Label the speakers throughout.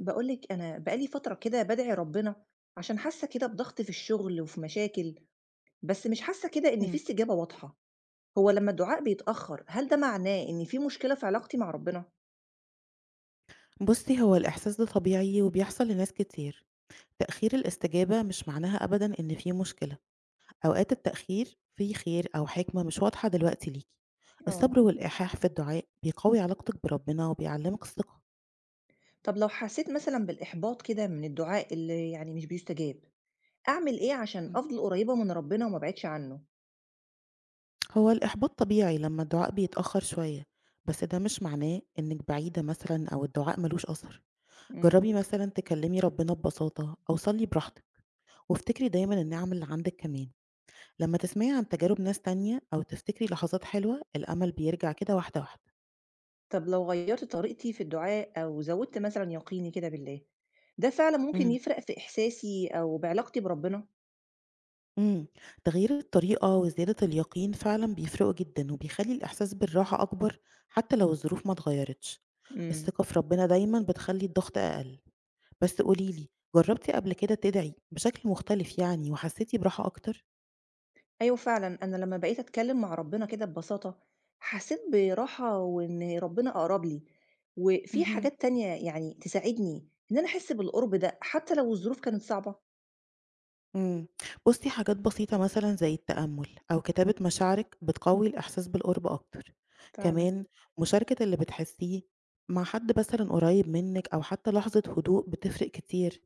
Speaker 1: باقول لِك أنا بقى لي فترة كده بادعي ربنا عشان حاسة كده بضغط في الشغل وفي مشاكل، بس مش حاسة كده إن في
Speaker 2: إمم.
Speaker 1: استجابة واضحة. هو لمّا الدعاء بيتأخر هل ده معناه إن في مشكلة في علاقتي مع ربنا؟
Speaker 2: بُصّي، هو الإحساس ده طبيعي وبيحصل لناس كتير. تأخير الاستجابة مش معناها أبدًا إن في مشكلة، أوقات التأخير فيه خير أو حكمة مش واضحة دلوقتي ليكِ.
Speaker 1: آه.
Speaker 2: الصبر والإلحاح في الدعاء بيقوي علاقتِك بربنا وبيعلّمِك الثقة.
Speaker 1: طب لو حسيت مثلًا بالإحباط كده من الدعاء اللي مش بيستجاب، أعمل إيه عشان
Speaker 2: إمم.
Speaker 1: أفضل قريبة من ربنا وما أبعدش عنه؟
Speaker 2: هو الإحباط طبيعي لمّا الدعاء بيتأخر شوية، بس ده مش معناه إنِّك بعيدة مثلًا أو الدعاء ما لوش أثر.
Speaker 1: إمم.
Speaker 2: جرّبي مثلًا تكلّمي ربنا ببساطة أو صلّي براحتِك، وافتكري دايمًا النِّعَم اللي عندِك كمان. لمّا تسمعي عن تجارب ناس تانية أو تفتكري لحظات حلوة، الأمل بيرجع كده واحدة واحدة.
Speaker 1: طب لو غيّرت طريقتي في الدعاء أو زوّدت مثلًا يقيني كده بالله، ده فعلًا ممكن
Speaker 2: إمم.
Speaker 1: يفرق في إحساسي أو بعلاقتي بربنا؟
Speaker 2: إمم، تغيير الطريقة وزيادة اليقين فعلًا بيفرقوا جدًا، وبيخلّي الإحساس بالراحة أكبر حتى لو الظروف ما اتغيرتش.
Speaker 1: إمم.
Speaker 2: الثقة في ربنا دايمًا بتخلّي الضغط أقل. بس قولي لي، جربتِ قبل كده تدعي بشكل مختلف يعني وحسيتِ براحة أكتر؟
Speaker 1: أيوه فعلًا، أنا لمّا بقيت أتكلّم مع ربنا كده ببساطة، حسّيت براحة وإن ربنا أقرب لي، وفي
Speaker 2: اهم.
Speaker 1: حاجات تانية تساعدني إن أنا أحس بالقرب ده، حتى لو الظروف كانت صعبة.
Speaker 2: إمم. بُصّي، حاجات بسيطة مثلًا زي التأمُّل أو كتابة مشاعرِك بتقوّي الإحساس بالقرب أكتر.
Speaker 1: فعلًا.
Speaker 2: كمان مشاركة اللي بتحسّيه مع حد مثلًا قريب منِّك أو حتى لحظة هدوء بتفرق كتير.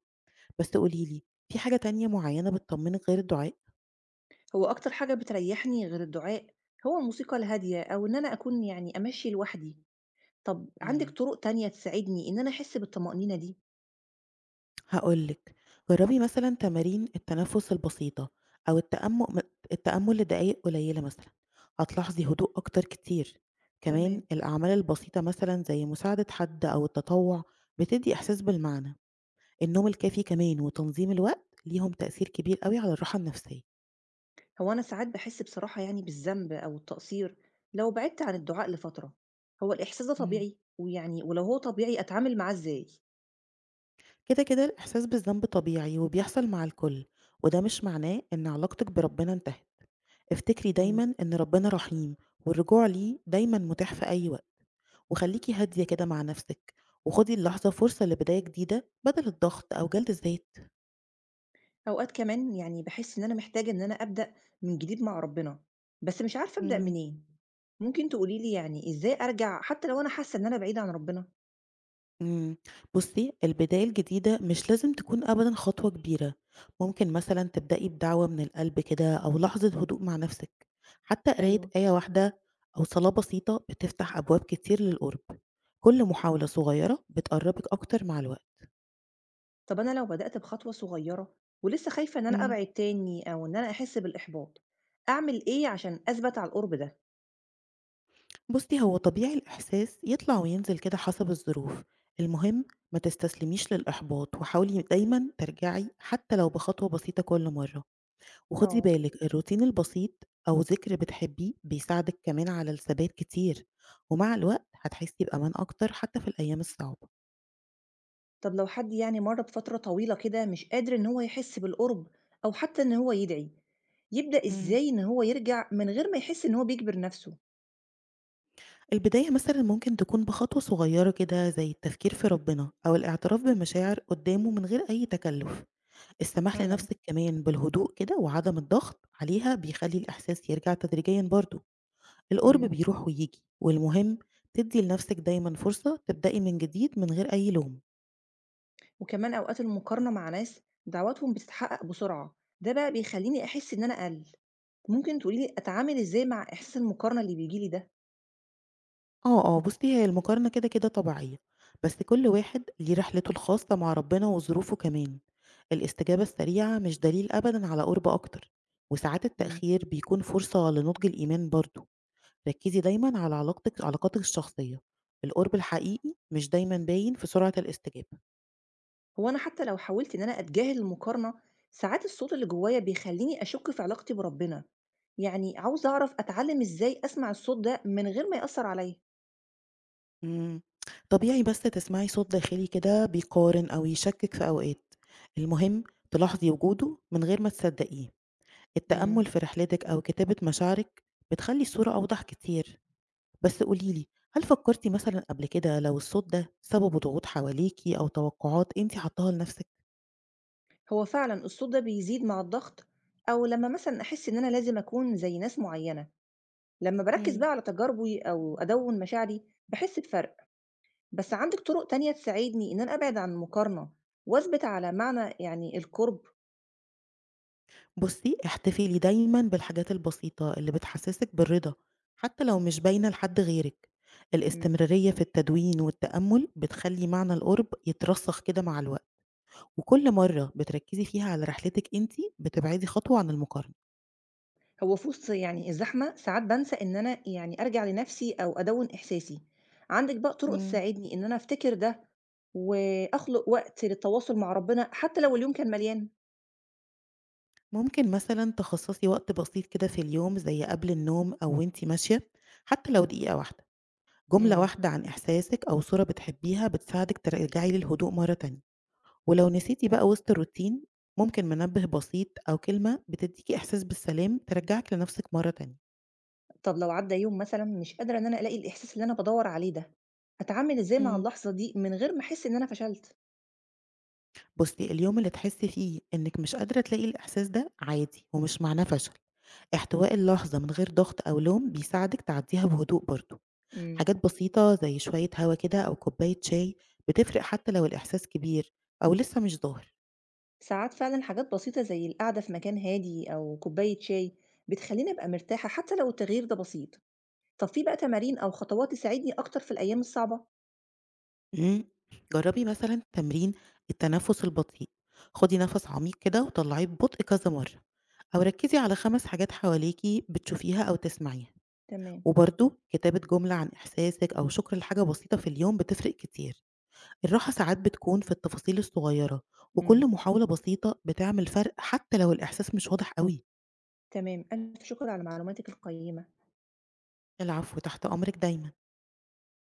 Speaker 2: بس قولي لي، في حاجة تانية معيّنة بتطمّنِك غير الدعاء؟
Speaker 1: هو أكتر حاجة بتريّحني غير الدعاء، هو الموسيقى الهادية أو إن أنا أكون أمشّي لوحدي. طَب عندِك
Speaker 2: إمم.
Speaker 1: طُرق تانية تساعدني إن أنا أحس بالطمأنينة دي؟
Speaker 2: هاقول لِك، جرّبي مثلًا تمارين التنفس البسيطة أو التأمُّل لدقايق قليلة مثلًا، هتلاحظي هدوء أكتر كتير، كمان
Speaker 1: تمام.
Speaker 2: الأعمال البسيطة مثلًا زي مساعدة حد أو التطوُّع بتدّي إحساس بالمعنى، النوم الكافي كمان وتنظيم الوقت ليهم تأثير كبير أوي على الراحة النفسية.
Speaker 1: هو أنا ساعات بحس بصراحة بالذنب أو التقصير لو بعدت عن الدعاء لفترة، هو الإحساس ده
Speaker 2: إمم.
Speaker 1: طبيعي ولو هو طبيعي أتعامل معاه إزاي؟
Speaker 2: كده، الإحساس بالذنب طبيعي وبيحصل مع الكل، وده مش معناه إن علاقتِك بربنا انتهت، افتكري
Speaker 1: مم.
Speaker 2: دايمًا إن ربنا رحيم والرجوع ليه دايمًا متاح في أي وقت. وخلّيكِ هادية كده مع نفسِك، وخُدي اللحظة فرصة لبداية جديدة بدل الضغط أو جلد الذات.
Speaker 1: أوقات كمان بحس إن أنا محتاجة إن أنا أبدأ من جديد مع ربنا، بس مش عارفة أبدأ
Speaker 2: إمم.
Speaker 1: منين. ممكن تقوليلي إزاي أرجع حتى لو أنا حاسة إن أنا بعيدة عن ربنا؟
Speaker 2: إمم، بُصّي البداية الجديدة مش لازم تكون أبدًا خطوة كبيرة، ممكن مثلًا تبدئي بدعوة من القلب كده أو لحظة هدوء مع نفسِك، حتى قراية
Speaker 1: ايوه.
Speaker 2: آية واحدة أو صلاة بسيطة بتفتح أبواب كتير للقرب، كل محاولة صغيرة بتقرّبِك أكتر مع الوقت.
Speaker 1: طب أنا لو بدأت بخطوة صغيرة ولسه خايفة إن أنا
Speaker 2: إمم.
Speaker 1: أبعد تاني أو إن أنا أحس بالإحباط، أعمل إيه عشان أثبت على القرب ده؟
Speaker 2: بُصّي، هو طبيعي الإحساس يطلع وينزل كده حسب الظروف، المهم ما تستسلميش للإحباط وحاولي دايمًا ترجعي حتى لو بخطوة بسيطة كل مرّة، وخُدي
Speaker 1: اه.
Speaker 2: بالِك الروتين البسيط أو ذكر بتحبيه بيساعدِك كمان على الثبات كتير، ومع الوقت هتحسّي بأمان أكتر حتى في الأيام الصعبة.
Speaker 1: طب لو حد مر بفترة طويلة كده مش قادر إن هو يحس بالقرب أو حتى إن هو يدعي، يبدأ
Speaker 2: إمم.
Speaker 1: إزاي إن هو يرجع من غير ما يحس إن هو بيجبر نفسه؟
Speaker 2: البداية مثلًا ممكن تكون بخطوة صغيّرة كده زي التفكير في ربنا أو الاعتراف بمشاعر قدّامه من غير أي تكلُّف. السماح
Speaker 1: فعلا.
Speaker 2: لنفسِك كمان بالهدوء كده وعدم الضغط عليها بيخلّي الإحساس يرجع تدريجيًا برضه، القُرب
Speaker 1: امم.
Speaker 2: بيروح وييجي، والمهم تدّي لنفسِك دايمًا فرصة تبدئي من جديد من غير أي لوم.
Speaker 1: وكمان أوقات المقارنة مع ناس دعواتهم بتتحقق بسرعة، ده بقى بيخليني أحس إن أنا أقل. ممكن تقوليلي أتعامل إزاي مع إحساس المقارنة اللي بيجيلي ده؟
Speaker 2: بُصّي هي المقارنة كده، طبيعية، بس كل واحد ليه رحلته الخاصة مع ربنا وظروفه كمان، الاستجابة السريعة مش دليل أبدًا على قُرب أكتر، وساعات
Speaker 1: امم.
Speaker 2: التأخير بيكون فرصة لنضج الإيمان برضه. ركّزي دايمًا على علاقاتِك الشخصية، القُرب الحقيقي مش دايمًا باين في سرعة الاستجابة.
Speaker 1: هو أنا حتى لو حاولت إن أنا أتجاهل المقارنة، ساعات الصوت اللي جوايا بيخليني أشك في علاقتي بربنا. عاوزة أعرف أتعلم إزاي أسمع الصوت ده من غير ما يأثر عليا.
Speaker 2: إمم. طبيعي بس تسمعي صوت داخلي كده بيقارن أو يشكِّك في أوقات، المهم تلاحظي وجوده من غير ما تصدقيه. التأمُّل
Speaker 1: إمم.
Speaker 2: في رحلتِك أو كتابة مشاعرِك بتخلّي الصورة أوضح كتير. بس قولي لي، هل فكّرتِ مثلًا قبل كده لو الصوت ده سببه ضغوط حواليكِ أو توقعات أنتِ حاطاها لنَفْسِك؟
Speaker 1: هو فعلًا الصوت ده بيزيد مع الضغط أو لمّا مثلًا أحس إن أنا لازم أكون زي ناس معيّنة. لمّا باركّز
Speaker 2: إمم.
Speaker 1: بقى على تجاربي أو أدوّن مشاعري، باحس بفرق. بس عندِك طرق تانية تساعدني إن أنا أبعد عن المقارنة وأثبت على معنى القُرب؟
Speaker 2: بُصّي، احتفلي دايمًا بالحاجات البسيطة اللي بتحسسِك بالرضا، حتى لو مش باينة لحد غيرِك.
Speaker 1: إمم.
Speaker 2: الاستمرارية في التدوين والتأمل بتخلّي معنى القرب يترسخ كده مع الوقت، وكل مرة بتركزي فيها على رحلتِك أنتِ، بتبعدي خطوة عن المقارنة.
Speaker 1: هو في وسط الزحمة ساعات بانسى إن أنا أرجع لنَفْسي أو أدوّن إحساسي. عندِك بقى طرق
Speaker 2: إمم.
Speaker 1: تساعدني إن أنا أفتكر ده وأخلق وقت للتواصل مع ربنا حتّى لو اليوم كان مليان؟
Speaker 2: ممكن مثلًا تخصصي وقت بسيط كده في اليوم زي قبل النوم أو وأنتِ ماشية، حتى لو دقيقة واحدة. جملة
Speaker 1: إمم.
Speaker 2: واحدة عن إحساسِك أو صورة بتحبيها بتساعدِك ترجعي للهدوء مرة تانية. ولو نسيتِ بقى وسط الروتين، ممكن منبه بسيط أو كلمة بتدّيكِ إحساس بالسلام ترجّعِك لنفسِك مرّة تانية.
Speaker 1: طب لو عدّى يوم مثلًا مش قادرة إن أنا ألاقي الإحساس اللي أنا بادوّر عليه ده، أتعامل إزاي مع
Speaker 2: إمم.
Speaker 1: اللحظة دي من غير ما أحس إن أنا فشلت؟
Speaker 2: بُصّي، اليوم اللي تحسّي فيه إنِّك مش قادرة تلاقي الإحساس ده عادي ومش معناه فشل، احتواء اللحظة من غير ضغط أو لوم بيساعدِك تعدّيها بهدوء برضه.
Speaker 1: إمم.
Speaker 2: حاجات بسيطة زي شوية هوا كده أو كوباية شاي بتفرق حتى لو الإحساس كبير أو لسه مش ظاهر.
Speaker 1: ساعات فعلًا حاجات بسيطة زي القعدة في مكان هادي أو كوباية شاي بتخلّيني أبقى مرتاحة حتى لو التغيير ده بسيط. طب في بقى تمارين أو خطوات تساعدني أكتر في الأيام الصعبة؟
Speaker 2: إمم، جرّبي مثلًا تمرين التنفس البطيء، خدي نفس عميق كده وطلّعيه ببطء كذا مرّة، أو ركّزي على 5 حاجات حواليكِ بتشوفيها أو تسمعيها،
Speaker 1: تمام.
Speaker 2: وبرضه كتابة جملة عن إحساسِك أو شكر لحاجة بسيطة في اليوم بتفرق كتير، الراحة ساعات بتكون في التفاصيل الصغيّرة، وكل
Speaker 1: إمم.
Speaker 2: محاولة بسيطة بتعمل فرق حتى لو الإحساس مش واضح أوي.
Speaker 1: تمام. ألف شكر على معلوماتِك القيّمة.
Speaker 2: العفو، تحت أمرِك دايمًا.